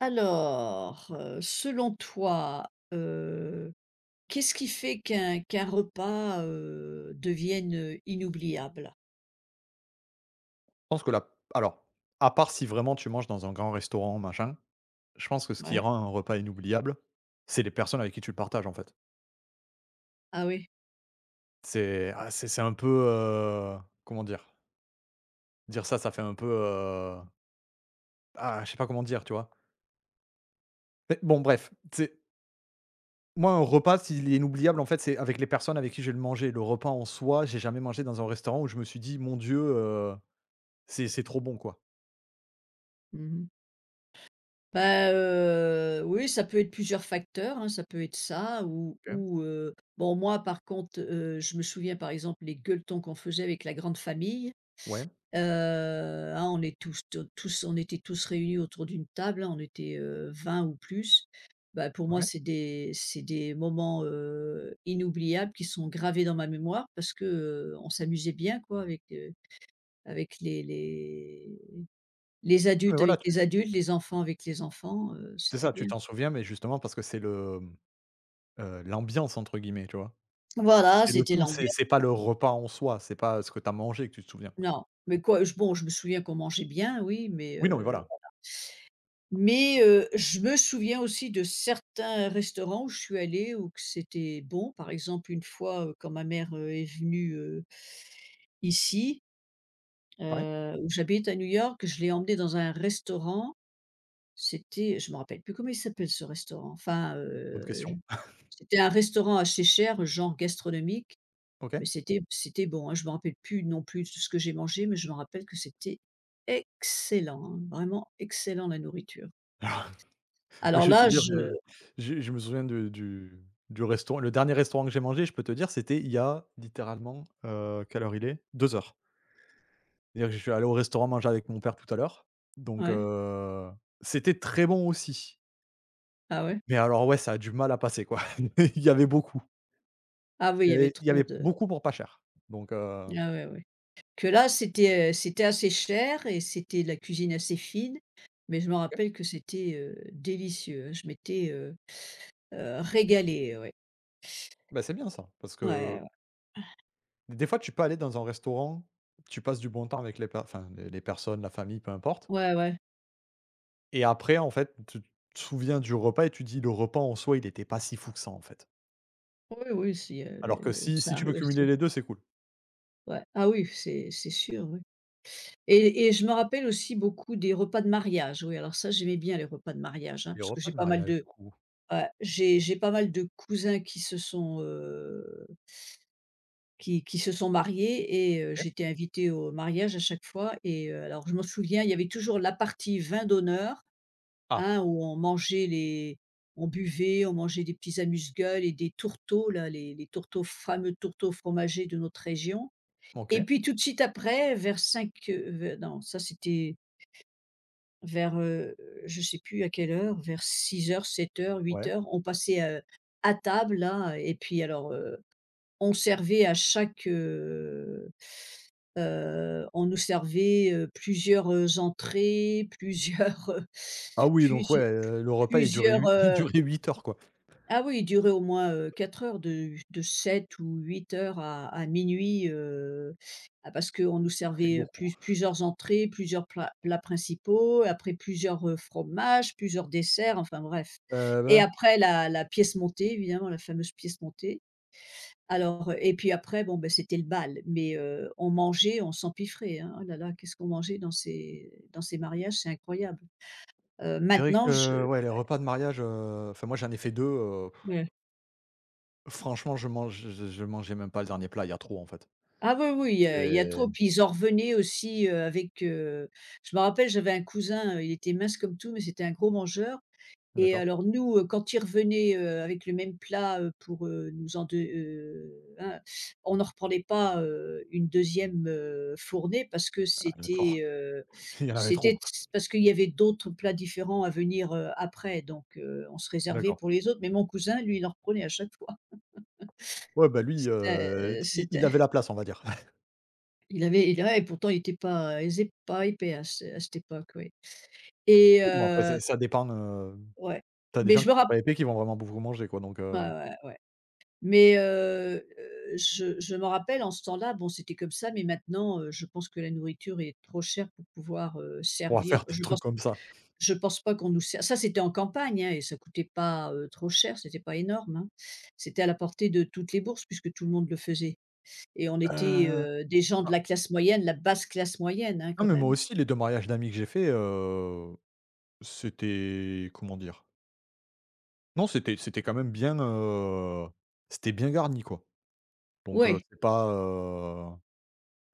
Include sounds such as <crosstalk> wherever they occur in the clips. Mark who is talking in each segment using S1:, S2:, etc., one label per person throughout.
S1: Alors, selon toi, qu'est-ce qui fait qu'un repas, devienne, inoubliable?
S2: Pense que la alors, à part si vraiment tu manges dans un grand restaurant, machin, je pense que ce qui
S1: Ouais.
S2: rend un repas inoubliable, c'est les personnes avec qui tu le partages, en fait.
S1: Ah oui?
S2: C'est c'est un peu, comment dire? Dire ça, ça fait un peu, ah, je sais pas comment dire, tu vois? Mais bon, bref, c'est moi, un repas, s'il est inoubliable, en fait, c'est avec les personnes avec qui je vais le manger. Le repas en soi, j'ai jamais mangé dans un restaurant où je me suis dit: «Mon Dieu, c'est trop bon, quoi».
S1: Mmh. Bah, oui, ça peut être plusieurs facteurs, hein, ça peut être ça
S2: OK,
S1: bon, moi par contre, je me souviens par exemple les gueuletons qu'on faisait avec la grande famille.
S2: ouais,
S1: Heu, ah, on est tous t tous on était tous réunis autour d'une table, hein, on était, 20 ou plus. Bah, pour moi,
S2: OK.
S1: c'est des moments, inoubliables qui sont gravés dans ma mémoire parce que, on s'amusait bien quoi avec, avec les
S2: Mais
S1: adultes,
S2: voilà,
S1: avec
S2: tu
S1: les adultes, les enfants avec les enfants,
S2: c'est
S1: c'était
S2: ça, tu
S1: bien.
S2: t'en souviens, mais justement parce que c'est le l'ambiance entre guillemets, tu vois?
S1: Voilà,
S2: Et le
S1: c'était
S2: tout, c'est
S1: l'ambiance.
S2: c'est pas le repas en soi, c'est pas ce que t'as mangé que tu te souviens.
S1: Non, mais quoi, je bon, je me souviens qu'on mangeait bien, oui,
S2: Oui, non, mais voilà.
S1: mais, je me souviens aussi de certains restaurants où je suis allée où que c'était bon. Par exemple, une fois, quand ma mère, est venue, ici,
S2: Ouais,
S1: où j'habite à New York, je l'ai emmenée dans un restaurant. C'était Je me rappelle plus comment il s'appelle ce restaurant. Enfin,
S2: bonne
S1: je
S2: question.
S1: c'était un restaurant assez cher, genre gastronomique,
S2: OK.
S1: mais c'était bon, hein. Je me rappelle plus non plus de ce que j'ai mangé, mais je me rappelle que c'était excellent, hein, vraiment excellent la nourriture.
S2: <laughs> Moi,
S1: Alors
S2: je vais te
S1: là,
S2: dire,
S1: je
S2: je me souviens de du restaurant le dernier restaurant que j'ai mangé, je peux te dire, c'était il y a littéralement, quelle heure il est? 2 heures. C'est-à-dire que je suis allé au restaurant manger avec mon père tout à l'heure, donc
S1: ouais?
S2: heu, c'était très bon aussi.
S1: Ah ouais?
S2: Mais alors ouais, ça a du mal à passer quoi. <laughs> Il y avait beaucoup.
S1: Ah oui,
S2: Il
S1: il
S2: y
S1: y avait
S2: avait il y
S1: trop
S2: avait
S1: de.
S2: beaucoup pour pas cher. Donc heu,
S1: Ah ouais, ouais. Que là, c'était assez cher et c'était de la cuisine assez fine, mais je me
S2: OK,
S1: rappelle que c'était, délicieux, hein. Je m'étais, régalée, ouais.
S2: bah, c'est bien ça, parce
S1: Ouais,
S2: que
S1: ouais,
S2: des fois, tu peux aller dans un restaurant, tu passes du bon temps avec les per enfin, les personnes, la famille, peu importe
S1: ouais, ouais.
S2: et après, en fait, tu te souviens du repas et tu dis: «Le repas, en soi, il n'était pas si fou que ça, en fait».
S1: Oui, oui, si,
S2: Alors que si
S1: ça
S2: si tu peux
S1: arrive aussi.
S2: cumuler les deux, c'est cool.
S1: Ouais. Ah oui, c'est sûr, oui, et je me rappelle aussi beaucoup des repas de mariage. Oui, alors ça, j'aimais bien les repas de mariage, hein,
S2: Les
S1: parce que
S2: repas
S1: j'ai
S2: de
S1: pas mal
S2: mariage, du
S1: de
S2: coup?
S1: ouais, j'ai pas mal de cousins qui se sont, qui se sont mariés,
S2: OK.
S1: j'étais invitée au mariage à chaque fois, alors je m'en souviens, il y avait toujours la partie vin d'honneur,
S2: Ah,
S1: hein, où on mangeait les on buvait, on mangeait des petits amuse-gueules et des tourteaux là, les tourteaux fameux tourteaux fromagés de notre région.
S2: OK,
S1: Et puis tout de suite après vers 5 ve non ça c'était vers, je sais plus à quelle heure, vers six heures sept heures huit
S2: ouais.
S1: heures on passait, à table là et puis alors, on servait à chaque, on nous servait, plusieurs, entrées, plusieurs,
S2: Ah oui, donc ouais,
S1: plusie
S2: le
S1: <laughs>
S2: repas, il durait
S1: plusieurs,
S2: hui <laughs> il durait 8 heures, quoi.
S1: ah oui, il durait au moins, 4 heures, de 7 ou 8 heures à minuit, ah parce qu'on nous
S2: Ça fait
S1: servait,
S2: beaucoup.
S1: plusieurs entrées, plusieurs plats principaux, après plusieurs, fromages, plusieurs desserts, enfin bref. Et
S2: Ouais,
S1: après la pièce montée, évidemment, la fameuse pièce montée. Alors, et puis après, bon, ben c'était le bal, mais on mangeait, on s'empiffrait, hein. Oh là là, qu'est-ce qu'on mangeait dans ces mariages, c'est incroyable.
S2: c'est vrai
S1: Maintenant,
S2: que,
S1: je
S2: ouais, les repas de mariage, enfin, moi, j'en ai fait 2.
S1: ouais.
S2: Franchement, je mangeais même pas le dernier plat, il y a trop, en fait.
S1: Ah oui, oui, il y a
S2: C'est
S1: trop, puis ils en revenaient aussi, avec, je me rappelle, j'avais un cousin, il était mince comme tout, mais c'était un gros mangeur. Et
S2: d'accord,
S1: alors nous, quand ils revenaient, avec le même plat, pour, nous en deux, hein, on n'en reprenait pas, une deuxième e fournée parce que
S2: ah, d'accord.
S1: c'était,
S2: <laughs> Il y en avait trop.
S1: c'était parce qu'il y avait d'autres plats différents à venir, après donc on se réservait
S2: D'accord.
S1: pour les autres. Mais mon cousin, lui, il en reprenait à chaque fois.
S2: Ouais, bah, lui,
S1: C'était,
S2: i il
S1: c'était
S2: avait la place, on va dire. <laughs>
S1: il avait il ouais, pourtant il était pas, il faisait pas épais à cette époque, oui. Et
S2: Bon, après, c'est ça dépend,
S1: ouais,
S2: tu des
S1: mais
S2: gens
S1: je
S2: qui
S1: me
S2: sont
S1: rappelle.
S2: pas épais, qui vont vraiment beaucoup manger, quoi,
S1: Ouais, ouais, ouais. Mais je m'en rappelle en ce temps-là, bon, c'était comme ça, mais maintenant, je pense que la nourriture est trop chère pour pouvoir,
S2: on pourra <laughs> faire
S1: servir.
S2: des trucs comme ça.
S1: Je pense pas qu'on nous ser ça, c'était en campagne, hein, et ça coûtait pas, trop cher, c'était pas énorme, hein. C'était à la portée de toutes les bourses puisque tout le monde le faisait, et on était,
S2: Heu,
S1: des gens de
S2: enfin,
S1: la classe moyenne, la basse classe moyenne, hein,
S2: non,
S1: quand
S2: mais moi
S1: même.
S2: aussi, les 2 mariages d'amis que j'ai fait, c'était comment dire? Non, c'était quand même bien, c'était bien garni, quoi,
S1: Oui,
S2: c'est pas,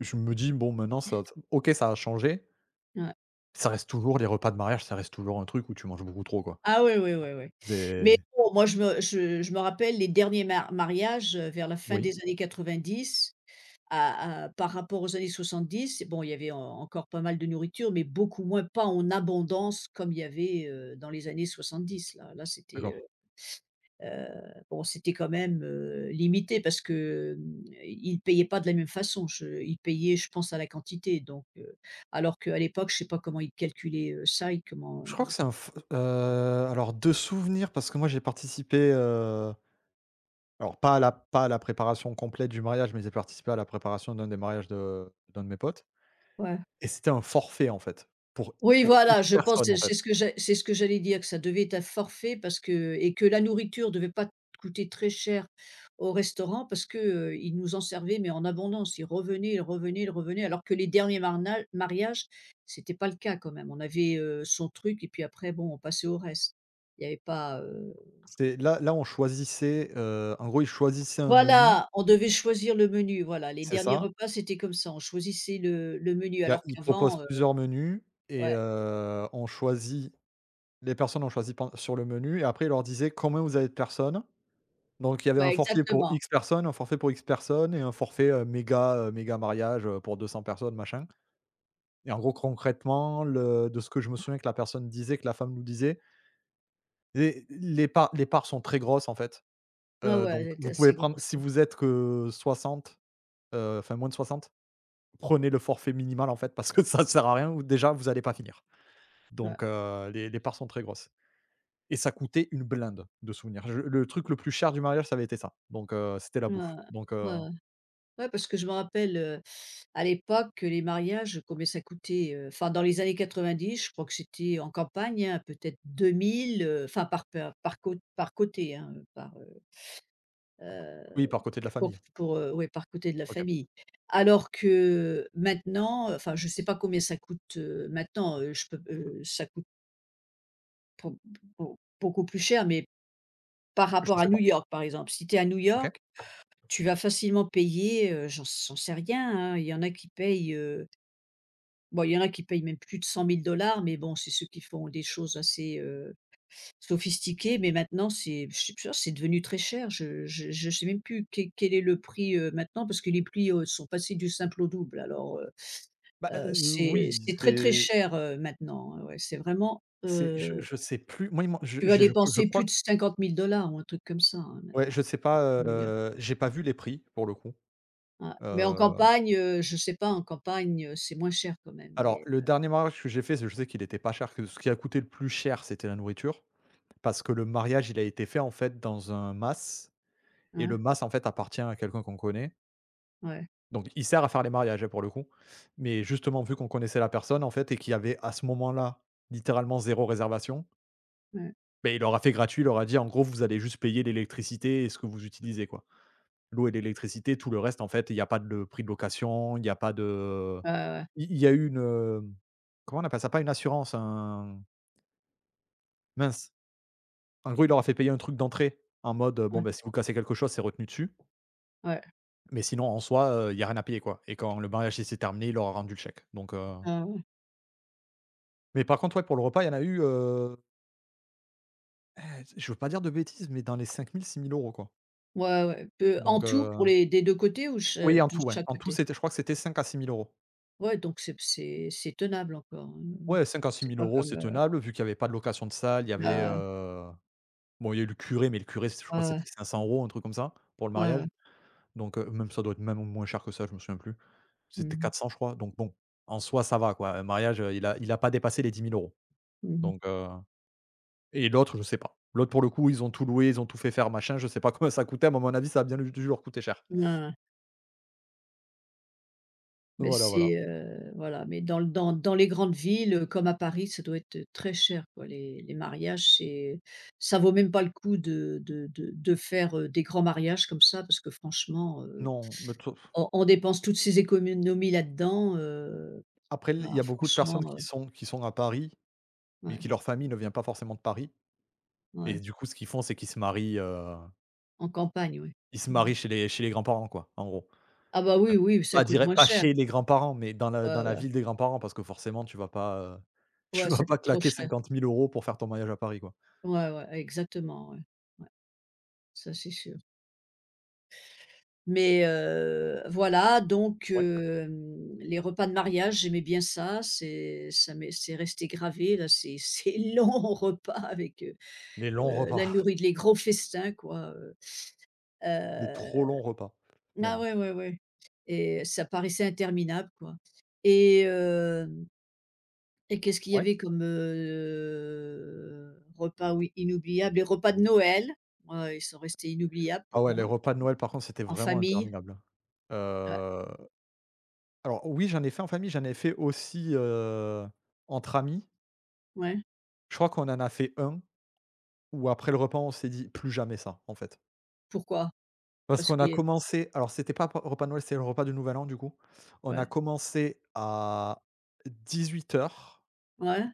S2: je me dis: «Bon, maintenant, ça OK, ça a changé».
S1: ouais.
S2: Ça reste toujours les repas de mariage, ça reste toujours un truc où tu manges beaucoup trop, quoi.
S1: Ah oui, oui, oui, oui. Mais
S2: C'est
S1: bon, moi, je me rappelle les derniers ma mariages, vers la fin
S2: oui,
S1: des années 90. À par rapport aux années 70, bon, il y avait en encore pas mal de nourriture, mais beaucoup moins, pas en abondance comme il y avait, dans les années 70. Là, c'était,
S2: d'accord.
S1: heu, bon, c'était quand même, limité parce que, ils payaient pas de la même façon. Je Ils payaient, je pense, à la quantité, donc alors qu'à l'époque, je sais pas comment ils calculaient, ça, ils comment,
S2: Je crois que c'est un f alors de souvenirs, parce que moi j'ai participé, alors pas à la préparation complète du mariage, mais j'ai participé à la préparation d'un des mariages de d'un de mes potes
S1: ouais.
S2: et c'était un forfait en fait, pour
S1: Oui,
S2: pour X
S1: voilà, je pense
S2: personnes en fait.
S1: c'est ce que j'allais dire, que ça devait être un forfait parce que, et que la nourriture devait pas coûter très cher au restaurant parce que, ils nous en servaient, mais en abondance. Ils revenaient, ils revenaient, ils revenaient, alors que les derniers marna mariages, c'était pas le cas quand même. On avait, son truc et puis après, bon, on passait au reste. Il y avait pas,
S2: C'est là on choisissait, en gros ils choisissaient un menu.
S1: voilà, on devait choisir le menu, voilà, les
S2: C'est
S1: derniers
S2: ça.
S1: repas, c'était comme ça, on choisissait le menu
S2: Il y a
S1: alors
S2: ils proposent
S1: qu'avant,
S2: plusieurs menus et
S1: ouais,
S2: on choisit, les personnes ont choisi pen sur le menu et après ils leur disaient: «Combien vous avez de personnes?» Donc il y avait un
S1: ouais,
S2: forfait pour
S1: exactement.
S2: X personnes, un forfait pour X personnes et un forfait, heu, méga mariage, pour 200 personnes machin et en gros concrètement le de ce que je me souviens que la personne disait, que la femme nous disait, les parts sont très grosses en fait,
S1: Ouais,
S2: donc
S1: ouais, elle
S2: vous pouvez
S1: assez
S2: prendre
S1: grosse,
S2: si
S1: ouais.
S2: vous êtes que 60, enfin moins de 60, prenez le forfait minimal en fait parce que <laughs> ça ne sert à rien ou déjà vous n'allez pas finir. Donc les parts sont très grosses et ça coûtait une blinde de souvenirs. Je Le truc le plus cher du mariage, ça avait été ça, c'était la
S1: Ouais,
S2: bouffe, donc
S1: ouais, ouais. Ouais, parce que je me rappelle, à l'époque, que les mariages, combien ça coûtait, enfin dans les années 90, je crois que c'était en campagne, hein, peut-être 2000, enfin par côté, hein, par, heu,
S2: oui, par côté de la famille.
S1: ouais, par côté de la
S2: OK.
S1: famille. Alors que maintenant, enfin je ne sais pas combien ça coûte, maintenant, ça coûte beau beaucoup plus cher, mais par
S2: Je
S1: rapport à
S2: sais
S1: New
S2: pas.
S1: York, par exemple. Si tu es à New
S2: OK.
S1: York, tu vas facilement payer, j'en sais rien, hein, il y en a qui payent, bon, il y en a qui payent même plus de 100 000 dollars, mais bon, c'est ceux qui font des choses assez, sophistiquées, mais maintenant c'est je sais pas, c'est devenu très cher. Je sais même plus quel est le prix, maintenant, parce que les prix, sont passés du simple au double alors,
S2: Bah,
S1: c'est
S2: oui,
S1: c'est très, très cher, maintenant, ouais, ouais, c'est vraiment,
S2: c'est je sais plus. Moi, il m'en
S1: tu vas
S2: je
S1: dépenser
S2: crois
S1: plus de 50 000 dollars ou un truc comme ça, hein,
S2: ouais, je
S1: maintenant.
S2: sais pas, j'ai pas vu les prix pour le coup.
S1: Ouais, mais en
S2: Heu,
S1: campagne, je sais pas, en campagne, c'est moins cher quand même,
S2: alors
S1: mais
S2: le dernier mariage que j'ai fait, je sais qu'il était pas cher, que ce qui a coûté le plus cher, c'était la nourriture. Parce que le mariage, il a été fait en fait dans un mas et le
S1: hein?
S2: mas, en fait, appartient à quelqu'un qu'on connaît.
S1: Ouais,
S2: Donc il sert à faire les mariages, hein, pour le coup. Mais justement, vu qu'on connaissait la personne, en fait, et qu'il y avait à ce moment-là, littéralement zéro réservation.
S1: ouais,
S2: Beh, il leur a fait gratuit, il leur a dit: «En gros, vous allez juste payer l'électricité et ce que vous utilisez, quoi. L'eau et l'électricité, tout le reste, en fait, il y a pas de prix de location, il y a pas de».
S1: ouais, ouais, ouais,
S2: Il y a eu une, comment on appelle ça? Pas une assurance, un mince, en gros, il leur a fait payer un truc d'entrée en mode, bon, ben si vous cassez quelque chose, c'est retenu dessus,
S1: ouais,
S2: mais sinon, en soi, il y a rien à payer, quoi et quand le mariage, il s'est terminé, il leur a rendu le chèque.
S1: ah ouais.
S2: Mais par contre, ouais, pour le repas, il y en a eu, je veux pas dire de bêtises, mais dans les 5 000 6 000 euros quoi.
S1: Ouais, ouais, peu en
S2: donc
S1: tout
S2: heu
S1: pour les des 2 côtés ou ch
S2: oui, en
S1: de
S2: tout, ouais,
S1: chaque
S2: en tout,
S1: côté?
S2: c'était je crois que c'était 5 à 6 000 euros.
S1: Ouais, donc c'est tenable encore, hein. Mmh.
S2: Ouais, 5 à six
S1: C'est
S2: mille
S1: pas
S2: euros,
S1: comme,
S2: c'est tenable, vu qu'il y avait pas de location de salle, il y avait,
S1: ouais,
S2: bon, il y a eu le curé, mais le curé, c je crois
S1: ouais,
S2: que
S1: ouais,
S2: c'était 500 euros, un truc comme ça, pour le
S1: ouais,
S2: mariage.
S1: ouais.
S2: Donc, même ça doit être même moins cher que ça, je me souviens plus.
S1: Mmh
S2: C'était
S1: mh.
S2: 400, je crois, donc bon, en soi, ça va, quoi. Un mariage, il a pas dépassé les 10 000 euros.
S1: Mmh.
S2: Donc, heu et l'autre, je sais pas. L'autre, pour le coup, ils ont tout loué, ils ont tout fait faire, machin, je sais pas <laughs> combien ça coûtait, mais à mon avis, ça a bien dû leur coûter cher.
S1: Ouais, ouais. Mais
S2: Voilà, voilà.
S1: c'est, voilà, mais dans le dans dans les grandes villes, comme à Paris, ça doit être très cher quoi, les mariages, c'est ça vaut même pas le coup de faire, des grands mariages comme ça parce que franchement,
S2: Non,
S1: on dépense toutes ces économies là-dedans,
S2: après, il
S1: ah
S2: y a beaucoup de
S1: franchement,
S2: personnes qui sont à Paris, mais
S1: ouais,
S2: qui leur famille ne vient pas forcément de Paris. Et
S1: ouais,
S2: du coup, ce qu'ils font, c'est qu'ils se marient,
S1: en campagne, oui.
S2: ils se
S1: Mmh.
S2: marient chez les grands-parents, quoi, en gros.
S1: Ah bah oui, oui, ça coûte moins
S2: Pas
S1: cher.
S2: chez les grands-parents, mais dans la dans
S1: Ouais,
S2: la
S1: ouais,
S2: ville des grands-parents parce que forcément tu vas pas, <laughs> tu
S1: ouais,
S2: vas
S1: ça
S2: pas
S1: coûte trop
S2: claquer
S1: cher.
S2: 50 000 euros pour faire ton mariage à Paris, quoi.
S1: Ouais, ouais, exactement, ouais. Ouais, ça c'est sûr. Mais voilà, donc
S2: Ouais.
S1: les repas de mariage, j'aimais bien ça, c'est ça m'est c'est resté gravé là, ces <laughs> longs repas avec,
S2: Des longs
S1: la
S2: repas,
S1: nourriture,
S2: <laughs>
S1: les gros festins quoi,
S2: des trop
S1: heu
S2: longs repas,
S1: ah
S2: même.
S1: ouais, ouais, ouais. Et ça paraissait interminable quoi, et hem et qu'est-ce qu'il y
S2: Ouais.
S1: avait comme, repas oui inoubliables? Les repas de Noël, ouais, ils sont restés inoubliables
S2: Ah
S1: pour
S2: ouais, les
S1: moi,
S2: repas de Noël, par contre, c'était
S1: en
S2: vraiment
S1: famille.
S2: interminable, hein.
S1: Ouais,
S2: Alors oui, j'en ai fait en famille, j'en ai fait aussi, entre amis.
S1: ouais.
S2: Je crois qu'on en a fait un, où après le repas, on s'est dit: «Plus jamais ça», en fait.
S1: Pourquoi?
S2: Parce
S1: Parce
S2: qu'on a
S1: que.
S2: commencé c'était pas p repas de Noël, c'était le repas du Nouvel An du coup. On a
S1: Ouais.
S2: commencé à 18h00.
S1: Ouais.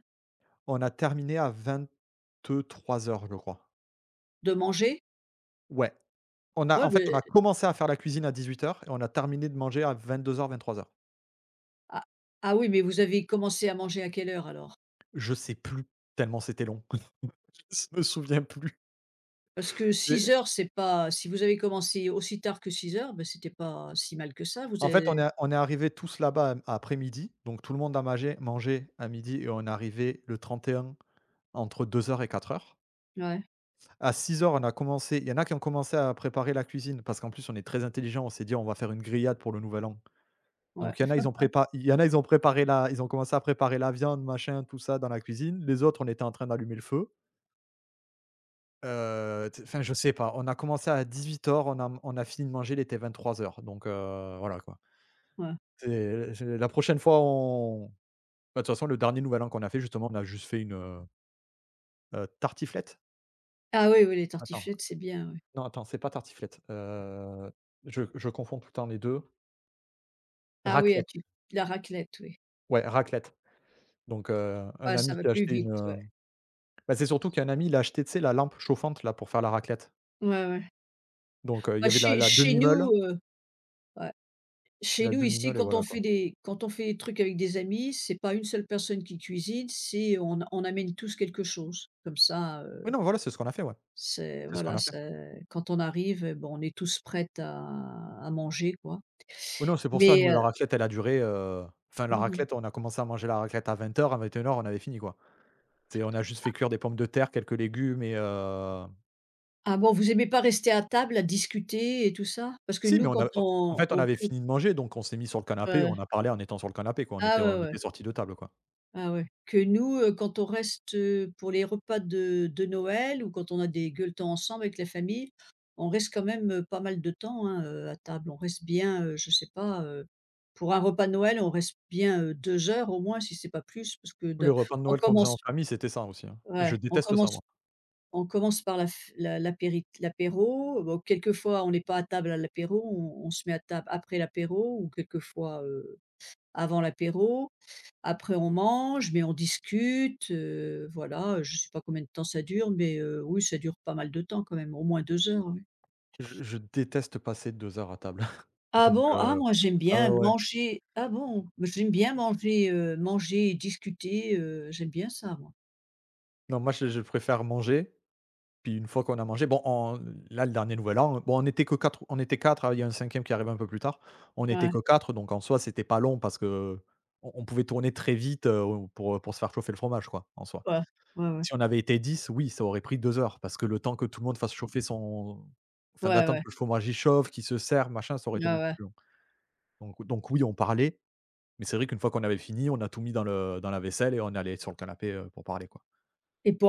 S2: On a terminé à 23h00 je crois.
S1: De manger?
S2: Ouais, on a
S1: Ouais,
S2: en fait, on
S1: mais.
S2: a commencé à faire la cuisine à 18h00 et on a terminé de manger à vingt-deux 23h00.
S1: Ah, oui, mais vous avez commencé à manger à quelle heure alors?
S2: Je sais plus tellement c'était long. <laughs> Je me souviens plus,
S1: Parce que six
S2: mais
S1: heures, c'est pas, si vous avez commencé aussi tard que 6 heures, ben c'était pas si mal que ça. Vous
S2: en fait,
S1: avez.
S2: on est arrivés tous là-bas à après midi, donc tout le monde a mangé à midi et on est arrivé le 31 entre 2 heures et 4 heures.
S1: Ouais,
S2: À 6 heures, on a commencé il y en a qui ont commencé à préparer la cuisine parce qu'en plus on est très intelligent. On s'est dit: «On va faire une grillade pour le nouvel an».
S1: ouais,
S2: Donc il y en a, ils ont préparé la ils ont commencé à préparer la viande, machin, tout ça dans la cuisine. Les autres, on était en train d'allumer le feu. T enfin, je sais pas, on a commencé à 18h00, on a fini de manger, il était 23h00. Voilà quoi.
S1: ouais.
S2: C'est la prochaine fois, on Bah, de toute façon, le dernier nouvel an qu'on a fait justement, on a juste fait une, tartiflette?
S1: Ah oui, oui, les
S2: Attends,
S1: tartiflettes, c'est bien, oui.
S2: non, attends, c'est pas tartiflette, je confonds tout le temps les 2.
S1: Ah oui, ah,
S2: Raclette,
S1: tu la raclette, oui.
S2: ouais, raclette. Un
S1: Ouais, ça
S2: ami
S1: va
S2: qui a
S1: plus
S2: acheté une,
S1: vite, ouais.
S2: bah, c'est surtout qu'un ami il a acheté, tu sais, la lampe chauffante là pour faire la raclette.
S1: Ouais, ouais.
S2: Il y
S1: Bah,
S2: avait la
S1: chez
S2: la
S1: chez
S2: demi-meule,
S1: nous, ouais, chez
S2: la
S1: nous ici,
S2: demi-meule et
S1: quand on
S2: voilà quoi.
S1: fait des trucs avec des amis, c'est pas une seule personne qui cuisine, c'est on amène tous quelque chose. Comme ça,
S2: Oui, non, voilà, c'est ce qu'on a fait, ouais,
S1: C'est
S2: c'est ce qu'on
S1: voilà,
S2: a fait.
S1: c'est quand on arrive, bon, on est tous prêts à manger, quoi.
S2: Oui, non, c'est pour ça, nous,
S1: Mais,
S2: la raclette, elle a duré, enfin la
S1: mmh.
S2: raclette, on a commencé à manger la raclette à 20h00, à 21h00 on avait fini quoi. C'est on a juste fait cuire des pommes de terre, quelques légumes.
S1: Ah bon, vous aimez pas rester à table à discuter et tout ça? Parce que
S2: Si, mais
S1: nous,
S2: on a
S1: quand
S2: en
S1: on
S2: fait, on avait
S1: autour,
S2: fini de manger, donc on s'est mis sur le canapé,
S1: heu
S2: on a parlé en étant sur le canapé, quoi.
S1: ah
S2: On
S1: ouais, ouais,
S2: était sortis de table, quoi.
S1: ah ouais. Que nous, quand on reste, pour les repas de Noël ou quand on a des gueuletons ensemble avec la famille, on reste quand même, pas mal de temps, hein, à table. On reste bien, je sais pas, pour un repas de Noël, on reste bien, 2 heures au moins si c'est pas plus parce que
S2: Les
S1: de
S2: repas de
S1: on
S2: Noël qu'on faisait en
S1: commence.
S2: famille, c'était ça aussi, hein, et
S1: Ouais,
S2: je déteste ça, moi.
S1: on commence par la f la l'apérit l'apéro, bon, quelquefois on n'est pas à table à l'apéro, on se met à table après l'apéro ou quelquefois, avant l'apéro. Après on mange, mais on discute, voilà, je sais pas combien de temps ça dure, mais oui, ça dure pas mal de temps quand même, au moins 2 heures, oui.
S2: Je déteste passer 2 heures à table, <laughs>
S1: Ah
S2: donc
S1: bon? Ah,
S2: heu,
S1: moi j'aime
S2: ah
S1: bien
S2: ouais, ouais.
S1: manger ah bon? Moi, j'aime bien manger, manger et discuter, j'aime bien ça, moi.
S2: Non, moi, je préfère manger. Puis une fois qu'on a mangé, bon, on Là, le dernier Nouvel An, bon, on était que 4, on était 4, il y a un cinquième qui arrivait un peu plus tard. On était
S1: Ouais,
S2: que 4, donc en soi, c'était pas long parce que on pouvait tourner très vite, pour se faire chauffer le fromage, quoi, en soi.
S1: ouais, ouais, ouais.
S2: Si on avait été 10, oui, ça aurait pris 2 heures parce que le temps que tout le monde fasse chauffer son
S1: Ouais,
S2: d'attendre
S1: ouais.
S2: que le fromage, y chauffe, qu'il se serve, machin, ça aurait
S1: Ouais,
S2: été beaucoup
S1: ouais
S2: plus long. Donc oui, on parlait, mais c'est vrai qu'une fois qu'on avait fini, on a tout mis dans le dans la vaisselle et on est allé sur le canapé, pour parler, quoi.
S1: et